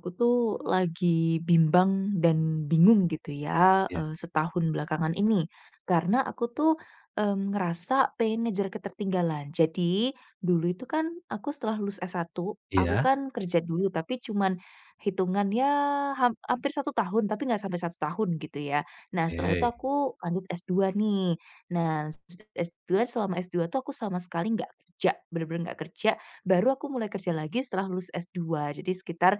Aku tuh lagi bimbang dan bingung gitu ya, Iya setahun belakangan ini. Karena aku tuh, ngerasa pengen ngejar ketertinggalan. Jadi, dulu itu kan aku setelah lulus S1 aku iya, kan kerja dulu, tapi cuman hitungan ya hampir satu tahun, tapi nggak sampai satu tahun gitu ya. Nah, setelah itu oke. aku lanjut S2 nih. Nah, s dua selama S2 tuh aku sama sekali nggak kerja, bener-bener nggak kerja, baru aku mulai kerja lagi setelah lulus S2. Jadi sekitar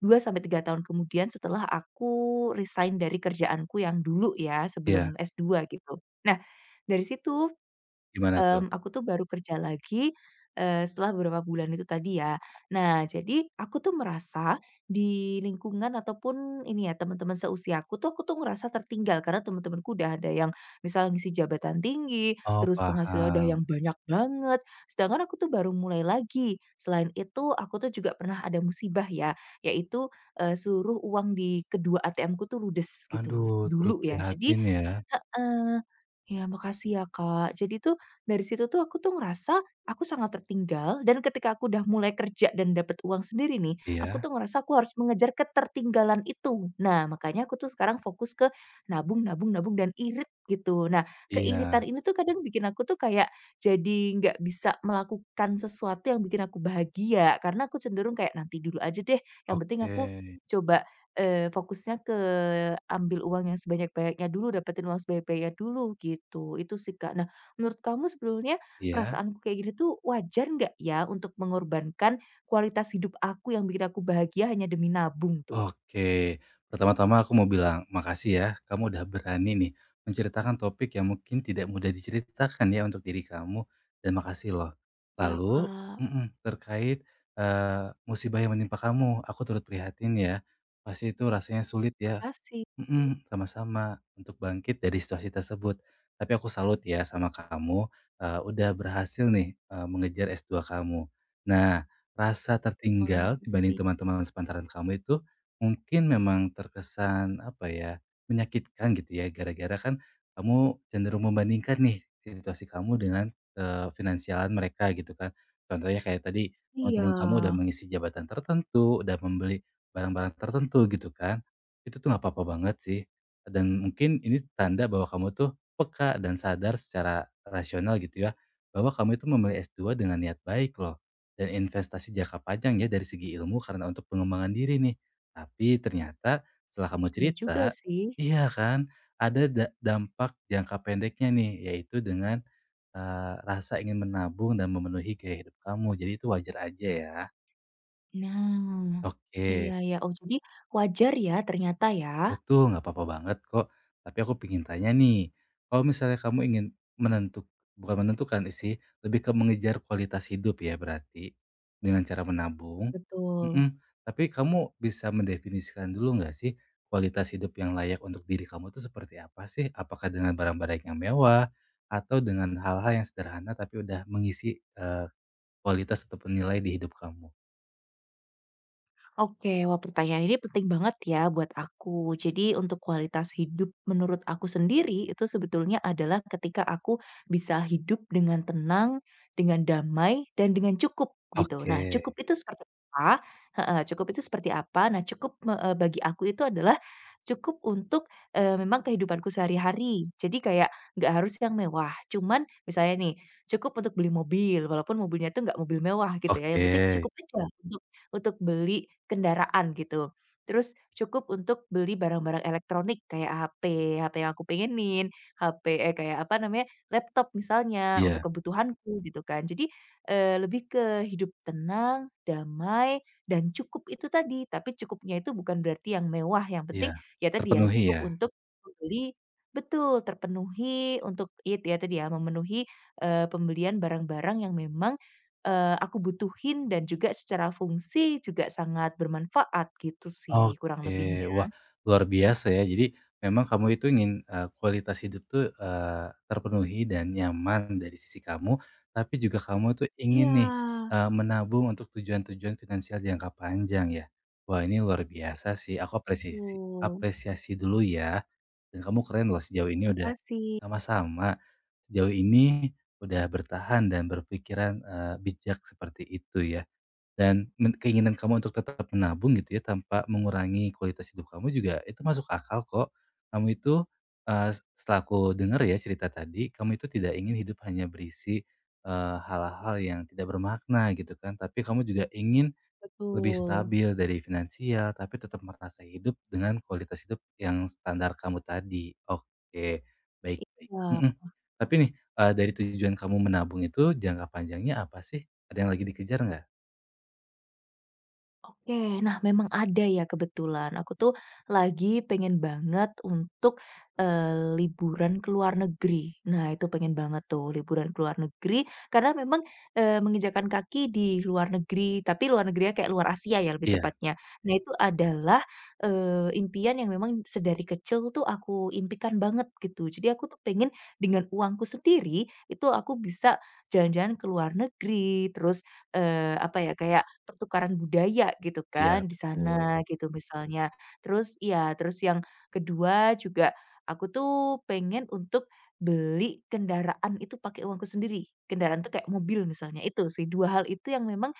2 sampai 3 tahun kemudian setelah aku resign dari kerjaanku yang dulu ya, Iya, sebelum S2 gitu. Nah, dari situ gimana tuh? Aku tuh baru kerja lagi, setelah beberapa bulan itu tadi ya. Nah, jadi aku tuh merasa di lingkungan ataupun ini ya, teman-teman seusiaku tuh, aku tuh ngerasa tertinggal karena teman-temanku udah ada yang misalnya ngisi jabatan tinggi, Oh, terus penghasilannya udah yang paham. banyak banget, sedangkan aku tuh baru mulai lagi. Selain itu, aku tuh juga pernah ada musibah ya, yaitu, seluruh uang di kedua ATM-ku tuh ludes gitu, Aduh, turut dulu ya. Jadi, prihatin ya. heeh. Ya, makasih ya, Kak. Jadi tuh dari situ tuh aku tuh ngerasa aku sangat tertinggal dan ketika aku udah mulai kerja dan dapat uang sendiri nih, aku Iya tuh ngerasa aku harus mengejar ketertinggalan itu. Nah makanya aku tuh sekarang fokus ke nabung nabung nabung dan irit gitu. Nah, iya, keiritan ini tuh kadang bikin aku tuh kayak jadi nggak bisa melakukan sesuatu yang bikin aku bahagia karena aku cenderung kayak nanti dulu aja deh, yang penting oke. aku coba. Fokusnya ke ambil uang yang sebanyak-banyaknya dulu, dapetin uang sebanyak-banyaknya dulu, gitu. Itu sih, Kak. Nah, menurut kamu sebenarnya Iya? perasaanku kayak gini tuh wajar nggak ya untuk mengorbankan kualitas hidup aku yang bikin aku bahagia hanya demi nabung tuh? Oke. Pertama-tama aku mau bilang makasih ya, kamu udah berani nih menceritakan topik yang mungkin tidak mudah diceritakan ya untuk diri kamu, dan makasih loh. Iya, Lalu Kak. mhm, terkait, musibah yang menimpa kamu, aku turut prihatin ya. Pasti itu rasanya sulit ya. Makasih. Mhm. Sama-sama untuk bangkit dari situasi tersebut. Tapi aku salut ya sama kamu, udah berhasil nih, mengejar S2 kamu. Nah, rasa Wah, tertinggal dibanding makasih. teman-teman sepantaran kamu itu mungkin memang terkesan, apa ya, menyakitkan gitu ya, gara-gara kan kamu cenderung membandingkan nih situasi kamu dengan, finansialan mereka gitu kan. Contohnya kayak tadi Iya. teman-teman kamu udah mengisi jabatan tertentu, udah membeli barang-barang tertentu gitu kan. Itu tuh nggak apa-apa banget sih, dan mungkin ini tanda bahwa kamu tuh peka dan sadar secara rasional gitu ya, bahwa kamu itu memilih S2 dengan niat baik loh, dan investasi jangka panjang ya dari segi ilmu karena untuk pengembangan diri nih. Tapi ternyata setelah kamu Iya juga cerita, sih. iya kan, ada dampak jangka pendeknya nih, yaitu dengan rasa ingin menabung dan memenuhi gaya hidup kamu. Jadi itu wajar aja ya. Nah, iya, Oke. iya. Oh, jadi wajar ya ternyata ya? Betul, nggak apa-apa banget kok. Tapi aku pingin tanya nih, kalau misalnya kamu ingin menentuk bukan menentukan sih, lebih ke mengejar kualitas hidup ya berarti, dengan cara menabung Betul. mhm, tapi kamu bisa mendefinisikan dulu nggak sih, kualitas hidup yang layak untuk diri kamu itu seperti apa sih? Apakah dengan barang-barang yang mewah, atau dengan hal-hal yang sederhana tapi udah mengisi, kualitas ataupun nilai di hidup kamu? Oke, wah pertanyaan ini penting banget ya buat aku. Jadi untuk kualitas hidup menurut aku sendiri itu sebetulnya adalah ketika aku bisa hidup dengan tenang, dengan damai, dan dengan cukup gitu. Nah, Oke cukup itu seperti apa? Heeh, cukup itu seperti apa? Nah, bagi aku itu adalah cukup untuk memang kehidupanku sehari-hari. Jadi kayak nggak harus yang mewah. Cuman misalnya nih, cukup untuk beli mobil, walaupun mobilnya itu nggak mobil mewah gitu ya. Yang oke, penting cukup aja untuk beli kendaraan gitu. Terus cukup untuk beli barang-barang elektronik kayak HP, HP yang aku pengenin, HP kayak apa namanya, laptop misalnya untuk iya kebutuhanku gitu kan. Jadi, lebih ke hidup tenang, damai, dan cukup itu tadi. Tapi cukupnya itu bukan berarti yang mewah, yang penting iya, ya tadi ya terpenuhi cukup ya? untuk membeli. Betul, terpenuhi untuk itu ya tadi ya, memenuhi, pembelian barang-barang yang memang aku butuhin dan juga secara fungsi juga sangat bermanfaat gitu sih kurang Oke, lebihnya. wah luar biasa ya. Jadi memang kamu itu ingin, kualitas hidup tuh, terpenuhi dan nyaman dari sisi kamu, tapi juga kamu tuh ingin Iya, nih, menabung untuk tujuan-tujuan finansial jangka panjang ya. Wah ini luar biasa sih, aku apresiasi betul. apresiasi dulu ya, dan kamu keren loh sejauh ini udah Makasih, sama-sama, sejauh ini udah bertahan dan berpikiran, bijak seperti itu ya. Dan keinginan kamu untuk tetap menabung gitu ya, tanpa mengurangi kualitas hidup kamu juga itu masuk akal kok. Kamu itu, setelah aku dengar ya cerita tadi, kamu itu tidak ingin hidup hanya berisi, hal-hal yang tidak bermakna gitu kan, tapi kamu juga ingin lebih betul. stabil dari finansial, tapi tetap merasa hidup dengan kualitas hidup yang standar kamu tadi. Oke, baik baik. Wah. Mhm. Tapi nih, dari tujuan kamu menabung itu jangka panjangnya apa sih? Ada yang lagi dikejar nggak? Oke, nah memang ada ya kebetulan. Aku tuh lagi pengen banget untuk, liburan ke luar negeri. Nah itu pengen banget tuh liburan ke luar negeri, karena memang, menginjakan kaki di luar negeri, tapi luar negerinya kayak luar Asia ya lebih Iya. tepatnya. Nah itu adalah, impian yang memang sedari kecil tuh aku impikan banget gitu. Jadi aku tuh pengen dengan uangku sendiri, itu aku bisa jalan-jalan ke luar negeri, terus, apa ya, kayak pertukaran budaya gitu Iya, kan di betul. sana gitu misalnya. Terus, iya, terus yang kedua juga aku tuh pengen untuk beli kendaraan itu pakai uangku sendiri. Kendaraan tuh kayak mobil misalnya, itu sih 2 hal itu yang memang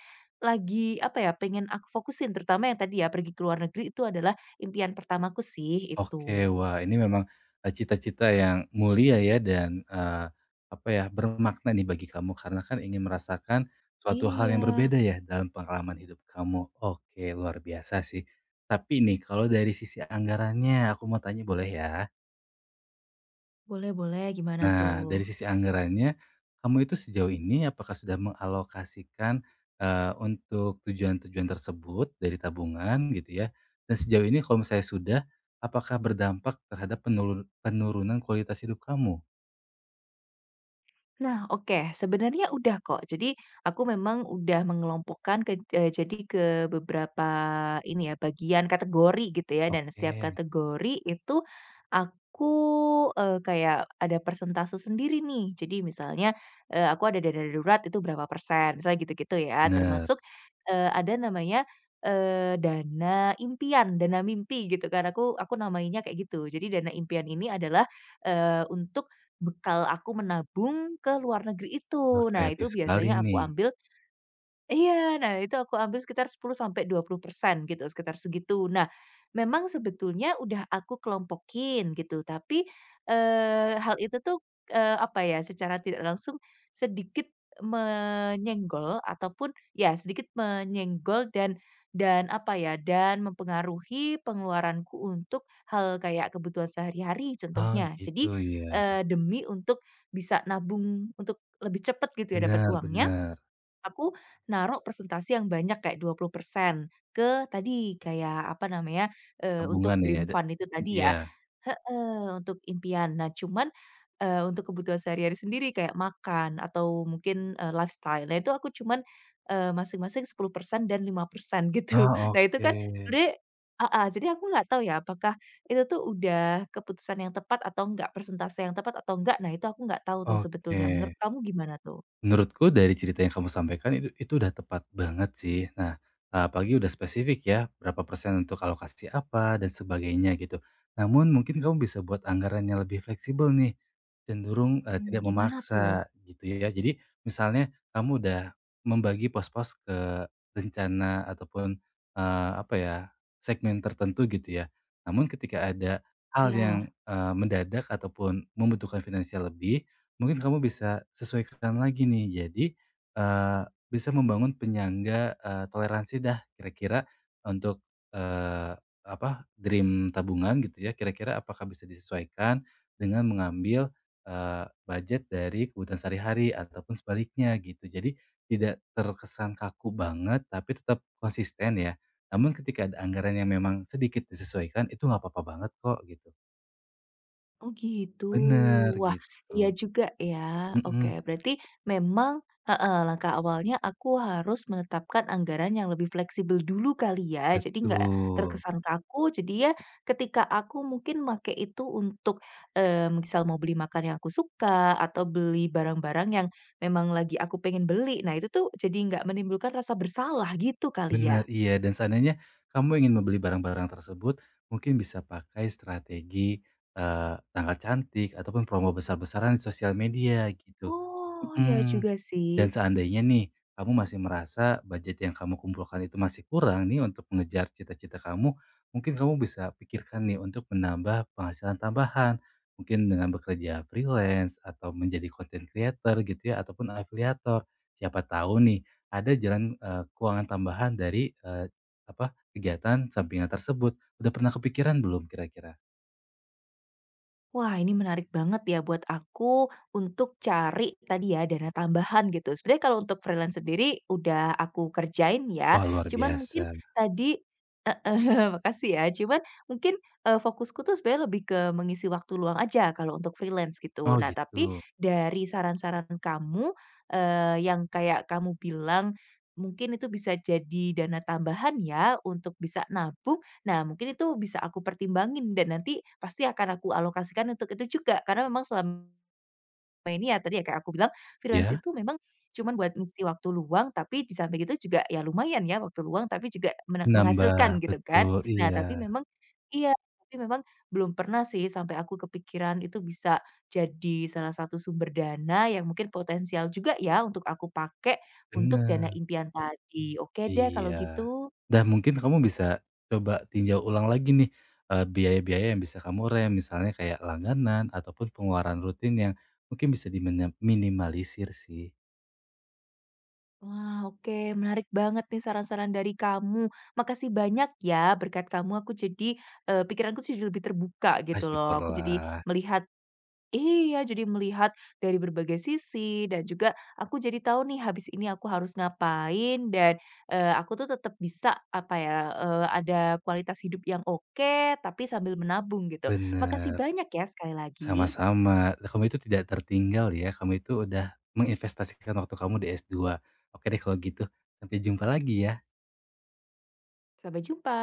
lagi apa ya, pengen aku fokusin terutama yang tadi ya pergi ke luar negeri itu adalah impian pertamaku sih, Oke, itu. wah ini memang, cita-cita yang mulia ya dan, apa ya, bermakna nih bagi kamu karena kan ingin merasakan suatu hal yang Iya, berbeda ya dalam pengalaman hidup kamu. Oke, luar biasa sih. Tapi nih kalau dari sisi anggarannya aku mau tanya boleh ya? boleh, boleh, gimana Nah, tuh? dari sisi anggarannya, kamu itu sejauh ini apakah sudah mengalokasikan, untuk tujuan-tujuan tersebut dari tabungan gitu ya? Dan sejauh ini kalau misalnya sudah, apakah berdampak terhadap penurunan kualitas hidup kamu? Nah, oke, sebenarnya udah kok. Jadi aku memang udah mengelompokkan ke jadi ke beberapa ini ya, bagian kategori gitu ya, dan Oke, setiap kategori itu aku, kayak ada persentase sendiri nih. Jadi misalnya, aku ada dana darurat itu berapa persen, misalnya gitu-gitu ya. benar. Termasuk, ada namanya, dana impian, dana mimpi gitu kan, aku namainnya kayak gitu. Jadi dana impian ini adalah, untuk bekal aku menabung ke luar negeri Wah, itu. Nah, kreatif itu sekali biasanya aku nih. ambil. Iya, nah itu aku ambil sekitar 10 sampai 20% gitu, sekitar segitu. Nah, memang sebetulnya udah aku kelompokin gitu, tapi, hal itu tuh, apa ya, secara tidak langsung sedikit menyenggol ataupun ya sedikit menyenggol, dan apa ya, dan mempengaruhi pengeluaranku untuk hal kayak kebutuhan sehari-hari Oh, contohnya. gitu Jadi, ya. Demi untuk bisa nabung untuk lebih cepat gitu ya dapat uangnya, Benar-benar. aku naruh presentasi yang banyak kayak 20% ke tadi kayak apa namanya, untuk Tabungan ya, dream fund itu tadi ya, iya. heeh, untuk impian. Nah cuman, untuk kebutuhan sehari-hari sendiri kayak makan atau mungkin, lifestyle, nah itu aku cuman, masing-masing 10% dan 5% gitu. Ah, Nah itu oke. kan sebenarnya jadi aku nggak tahu ya apakah itu tuh udah keputusan yang tepat atau enggak, persentase yang tepat atau enggak, nah itu aku nggak tahu tuh Oke. sebetulnya. Menurut kamu gimana tuh? Menurutku dari cerita yang kamu sampaikan itu udah tepat banget sih. Nah, apalagi udah spesifik ya, berapa persen untuk alokasi apa dan sebagainya gitu. Namun mungkin kamu bisa buat anggarannya lebih fleksibel nih, cenderung, Mmm, tidak gimana tuh? memaksa gitu ya. Jadi misalnya kamu udah membagi pos-pos ke rencana ataupun, apa ya, segmen tertentu gitu ya. Namun ketika ada hal yang, Ya. Mendadak ataupun membutuhkan finansial lebih, mungkin kamu bisa sesuaikan lagi nih. Jadi, eee, bisa membangun penyangga, toleransi dah kira-kira untuk, eee, apa, dream tabungan gitu ya, kira-kira apakah bisa disesuaikan dengan mengambil, budget dari kebutuhan sehari-hari ataupun sebaliknya gitu. Jadi tidak terkesan kaku banget, tapi tetap konsisten ya. Namun ketika ada anggaran yang memang sedikit disesuaikan, itu nggak apa-apa banget kok gitu. Bener. Oh gitu. Bener Wah, gitu. iya juga ya. Oke, Mhm, berarti memang, heeh, langkah awalnya aku harus menetapkan anggaran yang lebih fleksibel dulu kali ya. Jadi nggak betul. terkesan kaku. Jadi ya ketika aku mungkin make itu untuk, misal mau beli makan yang aku suka atau beli barang-barang yang memang lagi aku pengen beli. Nah, itu tuh jadi nggak menimbulkan rasa bersalah gitu kali ya? Benar iya. Dan seandainya kamu ingin membeli barang-barang tersebut, mungkin bisa pakai strategi, tanggal cantik ataupun promo besar-besaran di sosial media gitu. Oh, ya Mhm. juga sih. Dan seandainya nih, kamu masih merasa budget yang kamu kumpulkan itu masih kurang nih untuk mengejar cita-cita kamu, mungkin kamu bisa pikirkan nih untuk menambah penghasilan tambahan. Mungkin dengan bekerja freelance atau menjadi content creator gitu ya ataupun afiliator. Siapa tahu nih ada jalan keuangan tambahan dari apa kegiatan sampingan tersebut. Udah pernah kepikiran belum kira-kira? Wah, ini menarik banget ya buat aku untuk cari tadi ya dana tambahan gitu. Sebenarnya kalau untuk freelance sendiri udah aku kerjain ya, Wah, luar cuman biasa. mungkin tadi, heeh, makasih ya. Cuman mungkin, fokusku tuh sebenarnya lebih ke mengisi waktu luang aja kalau untuk freelance gitu. Oh, Nah, tapi gitu. dari saran-saran kamu, yang kayak kamu bilang mungkin itu bisa jadi dana tambahan ya untuk bisa nabung. Nah, mungkin itu bisa aku pertimbangin dan nanti pasti akan aku alokasikan untuk itu juga. Karena memang selama ini ya tadi ya kayak aku bilang, freelance Ya, itu memang cuman buat ngisi waktu luang, tapi di samping itu juga ya lumayan ya waktu luang, tapi juga nambah menghasilkan gitu kan. betul. Nah, Iya, tapi memang iya, tapi memang belum pernah sih sampai aku kepikiran itu bisa jadi salah satu sumber dana yang mungkin potensial juga ya untuk aku pakai untuk dana bener. impian tadi. Oke deh kalau Iya. gitu. Dan mungkin kamu bisa coba tinjau ulang lagi nih, biaya-biaya yang bisa kamu rem, misalnya kayak langganan ataupun pengeluaran rutin yang mungkin bisa diminimalisir sih. Wah, oke. Menarik banget nih saran-saran dari kamu. Makasih banyak ya, berkat kamu aku jadi, pikiranku jadi lebih terbuka Ah, gitu loh. Aku jadi syukurlah. melihat. Iya, jadi melihat dari berbagai sisi dan juga aku jadi tahu nih habis ini aku harus ngapain dan, aku tuh tetap bisa apa ya, ada kualitas hidup yang oke, tapi sambil menabung gitu. Makasih Bener. banyak ya sekali lagi. Sama-sama. Kamu itu tidak tertinggal ya, kamu itu udah menginvestasikan waktu kamu di S2. Oke deh kalau gitu, sampai jumpa lagi ya. Sampai jumpa.